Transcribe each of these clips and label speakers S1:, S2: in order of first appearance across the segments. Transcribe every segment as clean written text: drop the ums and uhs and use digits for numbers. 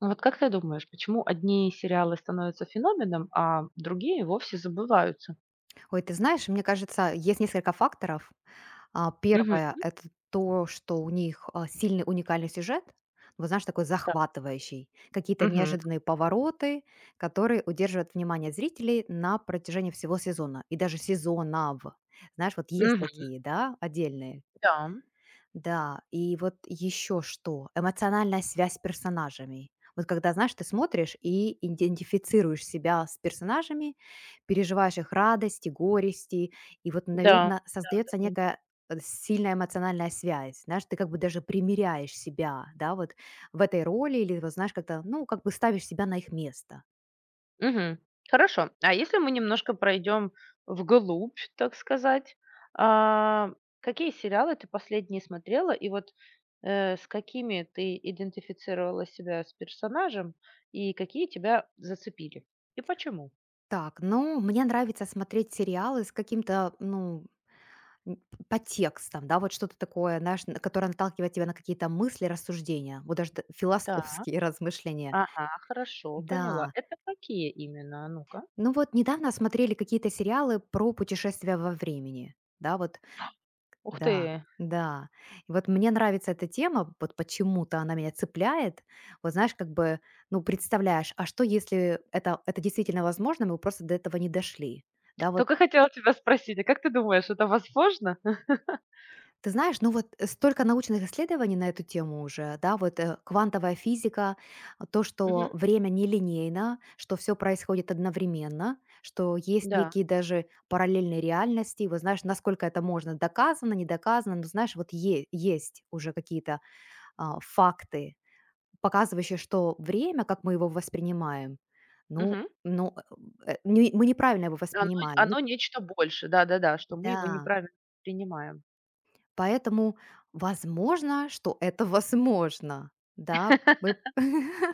S1: Ну вот как ты думаешь, почему одни сериалы становятся феноменом, а другие вовсе забываются?
S2: Ой, ты знаешь, мне кажется, есть несколько факторов. А,
S1: Мгм.
S2: первое- это то, что у них, а, сильный уникальный сюжет. Вот знаешь, такой
S1: Да.
S2: захватывающий. Какие-то
S1: Мгм.
S2: неожиданные повороты, которые удерживают внимание зрителей на протяжении всего сезона и даже сезонов. Знаешь, вот есть
S1: Мгм.
S2: такие, да, отдельные.
S1: Да.
S2: Да, и вот еще что: эмоциональная связь с персонажами. Вот когда, знаешь, ты смотришь и идентифицируешь себя с персонажами, переживаешь их радости, горести, и вот,
S1: Да.
S2: наверное, создается
S1: Да-да-да.
S2: некая, сильная эмоциональная связь. Знаешь, ты как бы даже примеряешь себя, да, вот в этой роли или вот, знаешь, как-то, ну, как бы ставишь себя на их место.
S1: Мгм. Хорошо. А если мы немножко пройдем вглубь, так сказать, а, какие сериалы ты последние смотрела и вот, с какими ты идентифицировала себя с персонажем и какие тебя зацепили? И почему?
S2: Так, ну, мне нравится смотреть сериалы с каким-то, ну, п по текстам, да, вот что-то такое, знаешь, н которое наталкивает тебя на какие-то мысли, рассуждения, вот даже т философские
S1: Так.
S2: размышления.
S1: Ага, хорошо, поняла.
S2: Да.
S1: Это какие именно? А ну-ка.
S2: Ну вот недавно смотрели какие-то сериалы про путешествия во времени. Да, вот.
S1: Ух
S2: Да,
S1: ты!
S2: да. И вот мне нравится эта тема, вот почему-то она меня цепляет. Вот знаешь, как бы, ну, представляешь, а что, если это действительно возможно, мы просто до этого не дошли? Да, вот.
S1: Только хотела тебя спросить, а как ты думаешь, это возможно?
S2: Ты знаешь, ну вот столько научных исследований на эту тему уже, да, вот квантовая физика, а, то,
S1: Мгм.
S2: что время нелинейно, что все происходит одновременно, что есть
S1: Да.
S2: некие даже параллельные реальности. Вот знаешь, насколько это можно, доказано, не доказано, но знаешь, вот есть уже какие-то, а, факты, показывающие, что время, как мы его воспринимаем, ну,
S1: Мгм.
S2: ну мы неправильно его
S1: Оно
S2: воспринимаем. Ну,
S1: оно нечто больше. Да-да-да, что мы его
S2: да.
S1: неправильно принимаем.
S2: Поэтому возможно, что это возможно. Да, мы.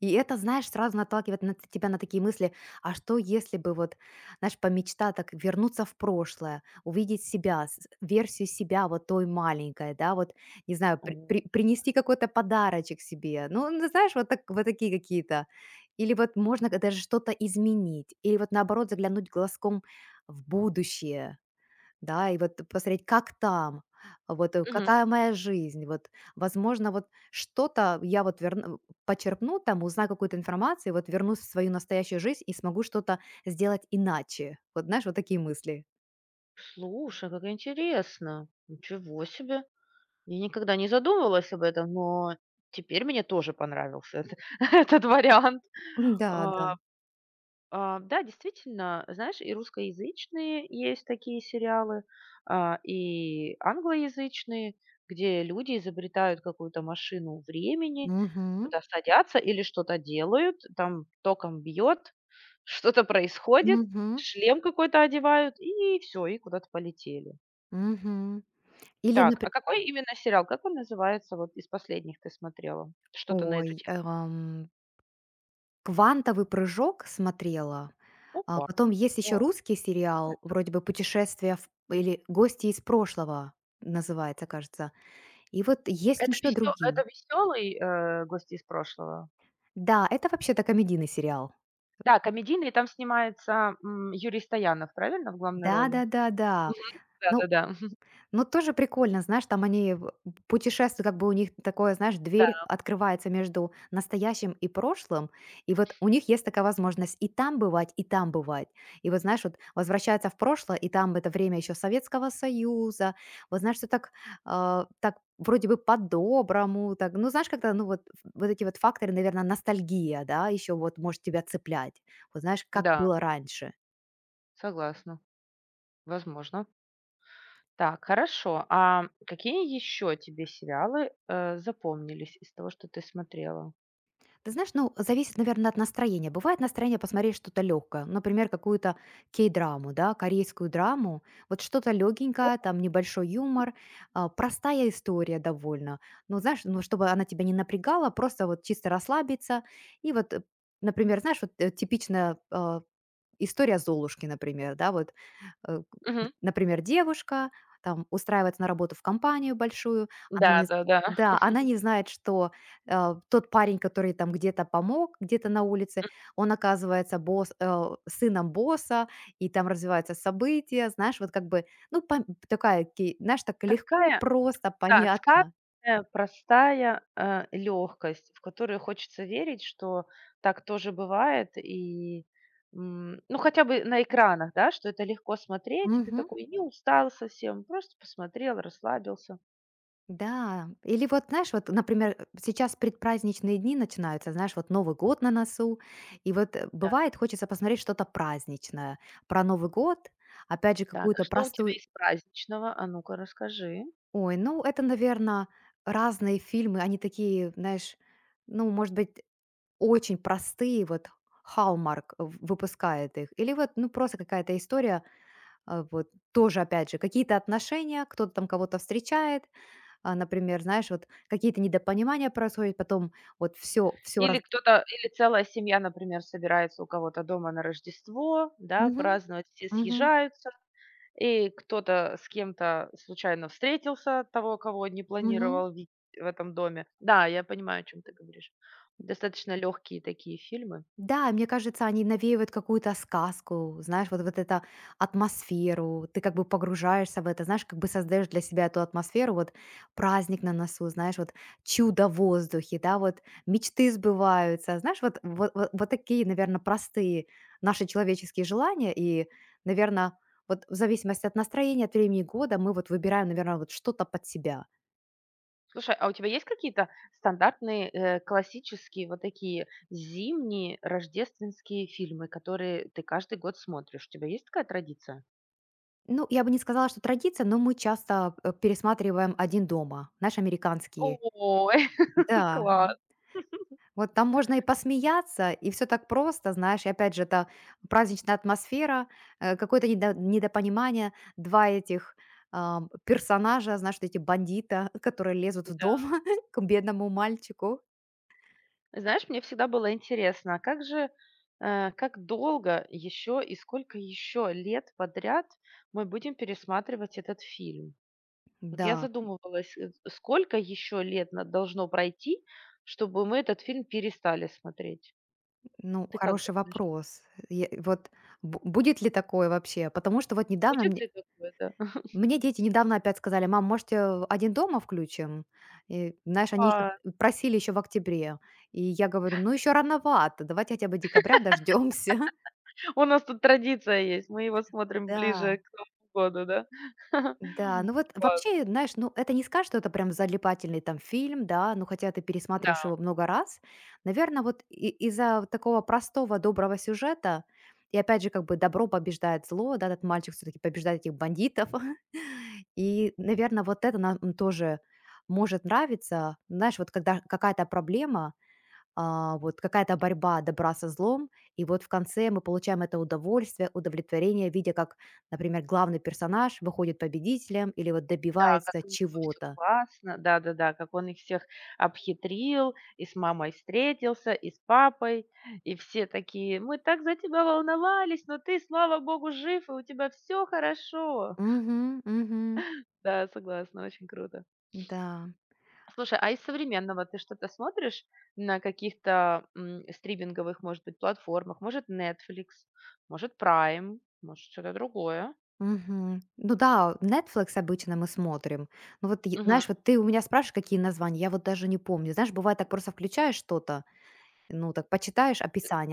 S2: И это, знаешь, сразу наталкивает на т тебя на такие мысли: а что, если бы вот, знаешь, по мечта так вернуться в прошлое, увидеть себя, с версию себя вот той маленькой, да, вот, не знаю,
S1: О.
S2: принести какой-то подарочек себе. Ну, знаешь, вот так вот такие какие-то. Или вот можно к даже что-то изменить, или вот наоборот заглянуть глазком в будущее. Да, и вот посмотреть, как там, вот,
S1: Мгм.
S2: какая моя жизнь, вот, возможно, вот что-то я вот верну почерпну там, узнаю какую-то информацию, вот вернусь в свою настоящую жизнь и смогу что-то сделать иначе. Вот знаешь, вот такие мысли.
S1: Слушай, как интересно. Ничего себе. Я никогда не задумывалась об этом, но теперь мне тоже понравился эт этот вариант.
S2: М, да, да.
S1: А да, действительно, знаешь, и русскоязычные есть такие сериалы, и англоязычные, где люди изобретают какую-то машину времени,
S2: Мгм.
S1: туда садятся или что-то делают, там током бьет, что-то происходит,
S2: Мгм.
S1: шлем какой-то одевают, и все, и куда-то полетели.
S2: Мгм. Или,
S1: Так, а
S2: например,
S1: какой именно сериал? Как он называется? Вот из последних ты смотрела? Что-то на
S2: ой,
S1: эту тему?
S2: "Квантовый прыжок" смотрела, а
S1: Опа.
S2: потом есть еще
S1: О,
S2: русский сериал, вроде бы "Путешествие в" или "Гости из прошлого" называется, кажется. И вот есть
S1: Это,
S2: еще
S1: весё- это
S2: другие.
S1: веселый гости из прошлого?
S2: Да, это вообще-то комедийный сериал.
S1: Да, комедийный, там снимается, Юрий Стоянов, правильно, в главной роли?
S2: Да-да-да-да.
S1: Мгм.
S2: Но.
S1: Да-да-да.
S2: Ну, тоже прикольно, знаешь, там они в путешествуют, как бы у них такое, знаешь,
S1: Да,
S2: дверь открывается между настоящим и прошлым, и вот у них есть такая возможность и там бывать, и там бывать. И вот, знаешь, вот возвращаются в прошлое, и там это время еще Советского Союза, вот знаешь, все так, а, так вроде бы по-доброму, так, ну, знаешь, когда, ну, вот, вот эти вот факторы, наверное, ностальгия, да, еще вот может тебя цеплять, вот знаешь, как
S1: да,
S2: было раньше.
S1: согласна. Возможно. Так, хорошо. А какие еще тебе сериалы, запомнились из того, что ты смотрела?
S2: Ты знаешь, ну, зависит, наверное, от настроения. Бывает настроение посмотреть что-то легкое, например, какую-то кей-драму, да, корейскую драму, вот что-то легенькое, там небольшой юмор, а, простая история довольно. Ну, знаешь, ну, чтобы она тебя не напрягала, просто вот чисто расслабиться. И вот, например, знаешь, вот типично история Золушки, например, да, вот, н
S1: Мгм.
S2: например, девушка там устраивается на работу в компанию большую, она не з
S1: Да-да-да.
S2: да, она не знает, что, тот парень, который там где-то помог, где-то на улице, он оказывается сыном босса, и там развиваются события, знаешь, вот как бы, ну, пом такая ки знаешь, так легко,
S1: Такая
S2: просто,
S1: Да,
S2: понятно.
S1: сказочная, простая, лёгкость, в которую хочется верить, что так тоже бывает. И, ну, хотя бы на экранах, да, что это легко смотреть, и ты
S2: Мгм.
S1: такой не устал совсем, просто посмотрел, расслабился.
S2: Да, или вот, знаешь, вот, например, сейчас предпраздничные дни начинаются, знаешь, вот Новый год на носу, и вот
S1: Да.
S2: бывает, хочется посмотреть что-то праздничное про Новый год, опять же,
S1: Так, а
S2: какую-то
S1: что у тебя
S2: простую...
S1: из праздничного? А ну-ка расскажи.
S2: Ой, ну, это, наверное, разные фильмы, они такие, знаешь, ну, может быть, очень простые, вот Hallmark выпускает их, или вот, ну, просто какая-то история, вот, тоже, опять же, какие-то отношения, кто-то там кого-то встречает. А, например, знаешь, вот какие-то недопонимания происходят, потом вот все, все
S1: Или
S2: раз
S1: кто-то, или целая семья, например, собирается у кого-то дома на Рождество, да,
S2: Мгм,
S1: праздновать, все
S2: мгм,
S1: съезжаются. И кто-то с кем-то случайно встретился, того, кого не
S2: мгм.
S1: планировал видеть в этом доме. Да, я понимаю, о чем ты говоришь. Достаточно легкие такие фильмы.
S2: Да, мне кажется, они навеивают какую-то сказку, знаешь, вот эту атмосферу, ты как бы погружаешься в это, знаешь, как бы создаешь для себя эту атмосферу, вот праздник на носу, знаешь, вот чудо в воздухе, да, вот мечты сбываются, знаешь, вот такие, наверное, простые наши человеческие желания, и, наверное, вот в зависимости от настроения, от времени года мы вот выбираем, наверное, вот что-то под себя.
S1: Слушай, а у тебя есть какие-то стандартные, классические, вот такие зимние рождественские фильмы, которые ты каждый год смотришь? У тебя есть такая традиция?
S2: Ну, я бы не сказала, что традиция, но мы часто пересматриваем «Один дома», знаешь, американские.
S1: Ой,
S2: Да.
S1: класс!
S2: Вот там можно и посмеяться, и все так просто, знаешь. И опять же, это праздничная атмосфера, какое-то недопонимание. 2 этих, персонажа, знаешь, вот эти бандита, которые лезут в дом к бедному мальчику.
S1: Знаешь, мне всегда было интересно, а как же, как долго еще и сколько еще лет подряд мы будем пересматривать этот фильм? Вот
S2: Да,
S1: я задумывалась, сколько еще лет должно пройти, чтобы мы этот фильм перестали смотреть?
S2: ну,
S1: Ты как
S2: хороший
S1: думаешь,
S2: вопрос. Я вот бу будет ли такое вообще? Потому что вот недавно
S1: будет
S2: мне.
S1: ли такое, да?
S2: Мне дети недавно опять сказали: "Мам, можете "Один дома" включим?" И, знаешь, они еще
S1: А,
S2: просили еще в октябре. И я говорю: "Ну, еще рановато, давайте хотя бы декабря дождемся".
S1: У нас тут традиция есть, мы его смотрим
S2: Да.
S1: ближе к Новому году, да?
S2: Да, ну вот
S1: Класс.
S2: вообще, знаешь, ну это не скажешь, что это прям залипательный там фильм, да, ну хотя ты пересматриваешь
S1: Да,
S2: его много раз. Наверное, вот из-за вот такого простого, доброго сюжета, и опять же, как бы добро побеждает зло, да, этот мальчик все-таки побеждает этих бандитов. И, наверное, вот это нам тоже может нравиться. Знаешь, вот когда какая-то проблема, а, вот какая-то борьба добра со злом, и вот в конце мы получаем это удовольствие, удовлетворение, видя, как, например, главный персонаж выходит победителем или вот
S1: да, как
S2: добивается
S1: у него все
S2: чего-то.
S1: классно, да-да-да, как он их всех обхитрил, и с мамой встретился, и с папой, и все такие: "Мы так за тебя волновались, но ты, слава богу, жив, и у тебя все хорошо".
S2: Мгм, мгм,
S1: Да, согласна, очень круто.
S2: да.
S1: Слушай, а из современного ты что-то смотришь на каких-то, стриминговых, может быть, платформах? Может, Netflix, может, Prime, может, что-то другое?
S2: Мгм. Ну да, Netflix обычно мы смотрим. Ну вот, знаешь, вот ты у меня спрашиваешь, какие названия, я вот даже не помню. Знаешь, бывает так просто включаешь что-то, ну так почитаешь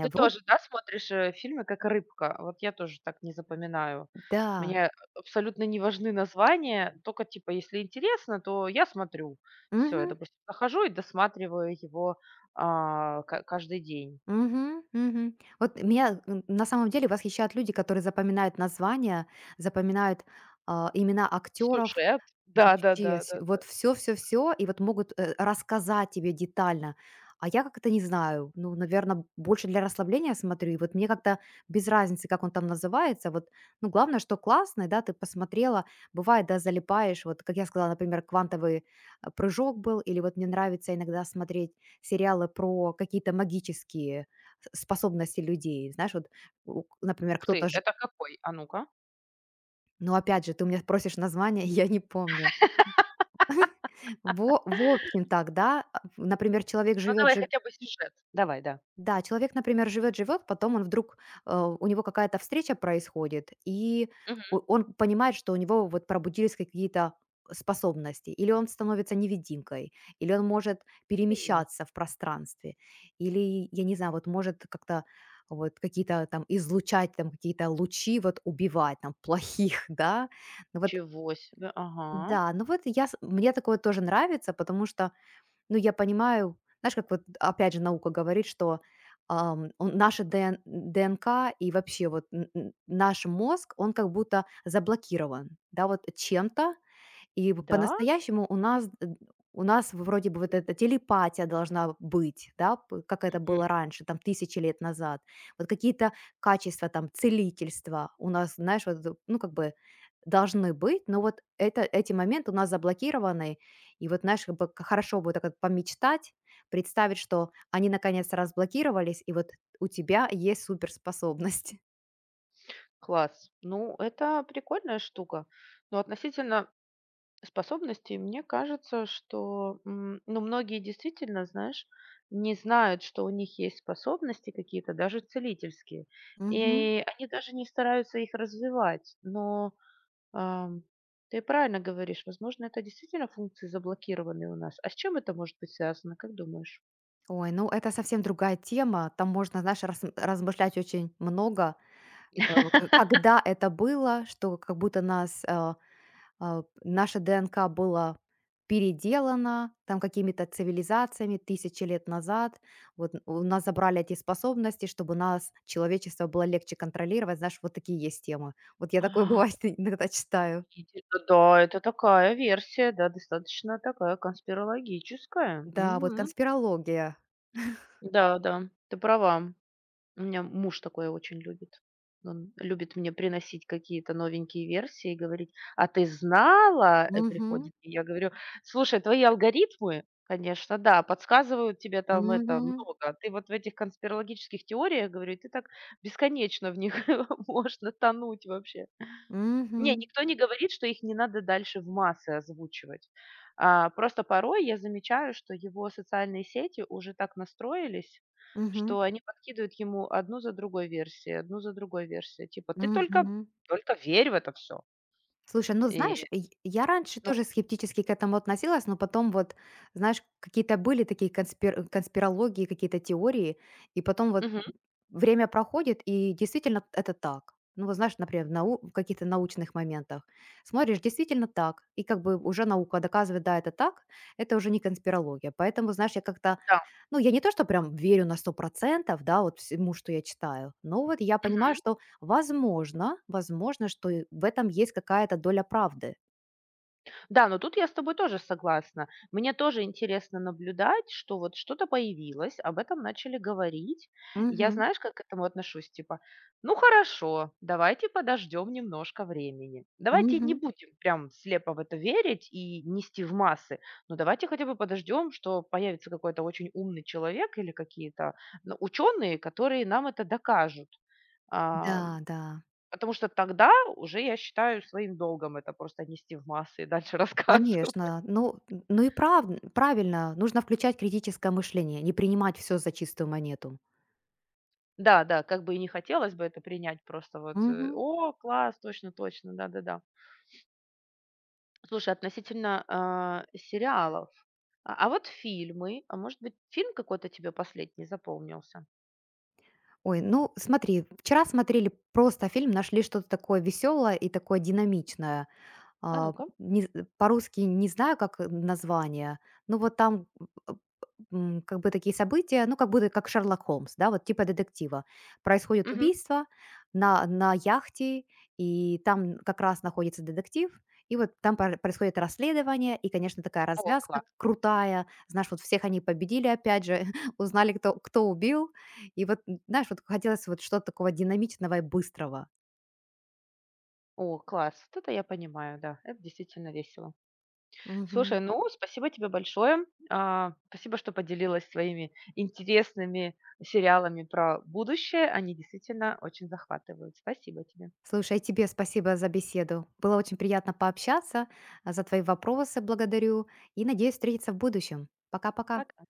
S1: Ты
S2: вроде,
S1: тоже, да, смотришь, фильмы как рыбка? Вот я тоже так не запоминаю.
S2: да.
S1: Мне абсолютно не важны названия, только, типа, если интересно, то я смотрю. Все я,
S2: Мгм.
S1: допустим, захожу и досматриваю его, а, ка каждый день.
S2: Мгм, мгм. Вот меня на самом деле восхищают люди, которые запоминают названия, запоминают, а, имена актеров.
S1: Сюжет. Да, да, да,
S2: Вообще с
S1: да, да.
S2: вот все, и вот могут, рассказать тебе детально. А я как-то не знаю, ну, наверное, больше для расслабления смотрю. И вот мне как-то без разницы, как он там называется. Вот, ну, главное, что классный, да, ты посмотрела. Бывает, да, залипаешь. Вот, как я сказала, например, "Квантовый прыжок" был, или вот мне нравится иногда смотреть сериалы про какие-то магические с способности людей. Знаешь, вот, у например,
S1: Ух ты,
S2: кто-то ж
S1: это какой? А ну-ка.
S2: Ну, опять же, ты у меня просишь название, я не помню. Во В общем так, да. А, в например, человек
S1: Ну,
S2: живет
S1: давай
S2: жив
S1: хотя бы сюжет. Давай, да.
S2: да, человек, например, живет-живет, потом он вдруг, у него какая-то встреча происходит, и о
S1: Мгм.
S2: он понимает, что у него вот пробудились какие-то способности, или он становится невидимкой, или он может
S1: Ты,
S2: перемещаться в пространстве, или, я не знаю, вот может как-то вот какие-то там излучать там какие-то лучи, вот убивать там плохих, да. Ну вот
S1: ничего себе. Ага.
S2: да, ну вот я с мне такое тоже нравится, потому что ну, я понимаю, знаешь, как вот опять же наука говорит, что, он наша ДН ДНК и вообще вот н н наш мозг, он как будто заблокирован, да, вот чем-то, и в
S1: Да?
S2: по-настоящему у нас, у нас вроде бы вот эта телепатия должна быть, да, п как это
S1: Мгм.
S2: было раньше, там, тысячи лет назад. Вот какие-то качества, там, целительства у нас, знаешь, вот, ну, как бы должны быть, но вот эти моменты у нас заблокированы. И вот, знаешь, как бы к хорошо бы вот так вот помечтать, представить, что они наконец разблокировались, и вот у тебя есть суперспособность.
S1: Класс. Ну, это прикольная штука. Но относительно способностей, мне кажется, что, ну, многие действительно, знаешь, не знают, что у них есть способности какие-то, даже целительские, и они даже не стараются их развивать. Но ам, ты правильно говоришь, возможно, это действительно функции заблокированные у нас. А с чем это может быть связано, как думаешь?
S2: Ой, ну это совсем другая тема. Там можно, знаешь, размышлять очень много. К Когда это было, что как будто нас, наша ДНК была переделана там какими-то цивилизациями тысячи лет назад. Вот у нас забрали эти способности, чтобы нас, человечество, было легче контролировать. Знаешь, вот такие есть темы. Вот я такое
S1: А,
S2: бывает иногда читаю.
S1: Да, это такая версия, да, достаточно такая конспирологическая.
S2: Да, вот
S1: Мгм.
S2: конспирология.
S1: Да, да, ты права. У меня муж такое очень любит. Он любит мне приносить какие-то новенькие версии и говорить: "А ты знала?" Э,
S2: Угу,
S1: приходит, и я говорю: "Слушай, твои алгоритмы, конечно, да, подсказывают тебе там это
S2: угу,
S1: много. Ты вот в этих конспирологических теориях, говорю, ты так бесконечно в них можно тонуть вообще". Не,
S2: угу,
S1: никто не говорит, что их не надо дальше в массы озвучивать. Просто порой я замечаю, что его социальные сети уже так настроились,
S2: угу,
S1: что они подкидывают ему одну за другой версией, одну за другой версией. Типа: "Ты только
S2: угу.
S1: только верь в это все.
S2: Слушай, ну
S1: И,
S2: знаешь, й я раньше
S1: ну,
S2: тоже скептически к этому относилась, но потом вот, знаешь, какие-то были такие конспирологии, какие-то теории, и потом вот
S1: мгм,
S2: время проходит, и действительно это так. Ну вот знаешь, например, в каких-то научных моментах смотришь, действительно так, и как бы уже наука доказывает, да, это так, это уже не конспирология. Поэтому, знаешь, я как-то
S1: да.
S2: ну, я не то, что прям верю на 100%, да, вот всему, что я читаю, но вот я понимаю, что возможно, возможно, что и в этом есть какая-то доля правды.
S1: Да, но тут я с тобой тоже согласна. Мне тоже интересно наблюдать, что вот что-то появилось, об этом начали говорить. Я,
S2: Мгм,
S1: знаешь, как к этому отношусь? Типа, ну хорошо, давайте подождем немножко времени. Давайте не
S2: мгм.
S1: будем прям слепо в это верить и нести в массы, но давайте хотя бы подождем, что появится какой-то очень умный человек или какие-то ну, ученые, которые нам это докажут. А,
S2: Да, да,
S1: Потому что тогда уже я считаю своим долгом это просто нести в массы и дальше рассказывать.
S2: конечно. Ну, н и правильно, нужно включать критическое мышление, не принимать все за чистую монету.
S1: Да, да, как бы и не хотелось бы это принять просто вот,
S2: Мгм.
S1: "О, класс, точно, точно, да-да-да". Слушай, относительно, сериалов, вот фильмы, а может быть, фильм какой-то тебе последний запомнился?
S2: Ой, ну смотри, вчера смотрели просто фильм, нашли что-то такое веселое и такое динамичное.
S1: А
S2: А,
S1: ну-ка.
S2: не з по-русски не знаю, как, название, но вот там как бы такие события, ну, как будто как Шерлок Холмс, да, вот типа детектива. Происходит
S1: Мгм.
S2: убийство на яхте, и там как раз находится детектив, и вот там происходит расследование, и, конечно, такая
S1: О,
S2: развязка
S1: класс.
S2: крутая. Знаешь, вот всех они победили, опять же, узнали, кто убил. И вот, знаешь, вот хотелось вот что-то такого динамичного и быстрого.
S1: О, класс. Вот это я понимаю, да, это действительно весело. Слушай, ну, спасибо тебе большое. Спасибо, что поделилась своими интересными сериалами про будущее. Они действительно очень захватывают. Спасибо тебе.
S2: Слушай, а тебе спасибо за беседу. Было очень приятно пообщаться. За твои вопросы благодарю. И надеюсь встретиться в будущем. Пока-пока.
S1: Пока.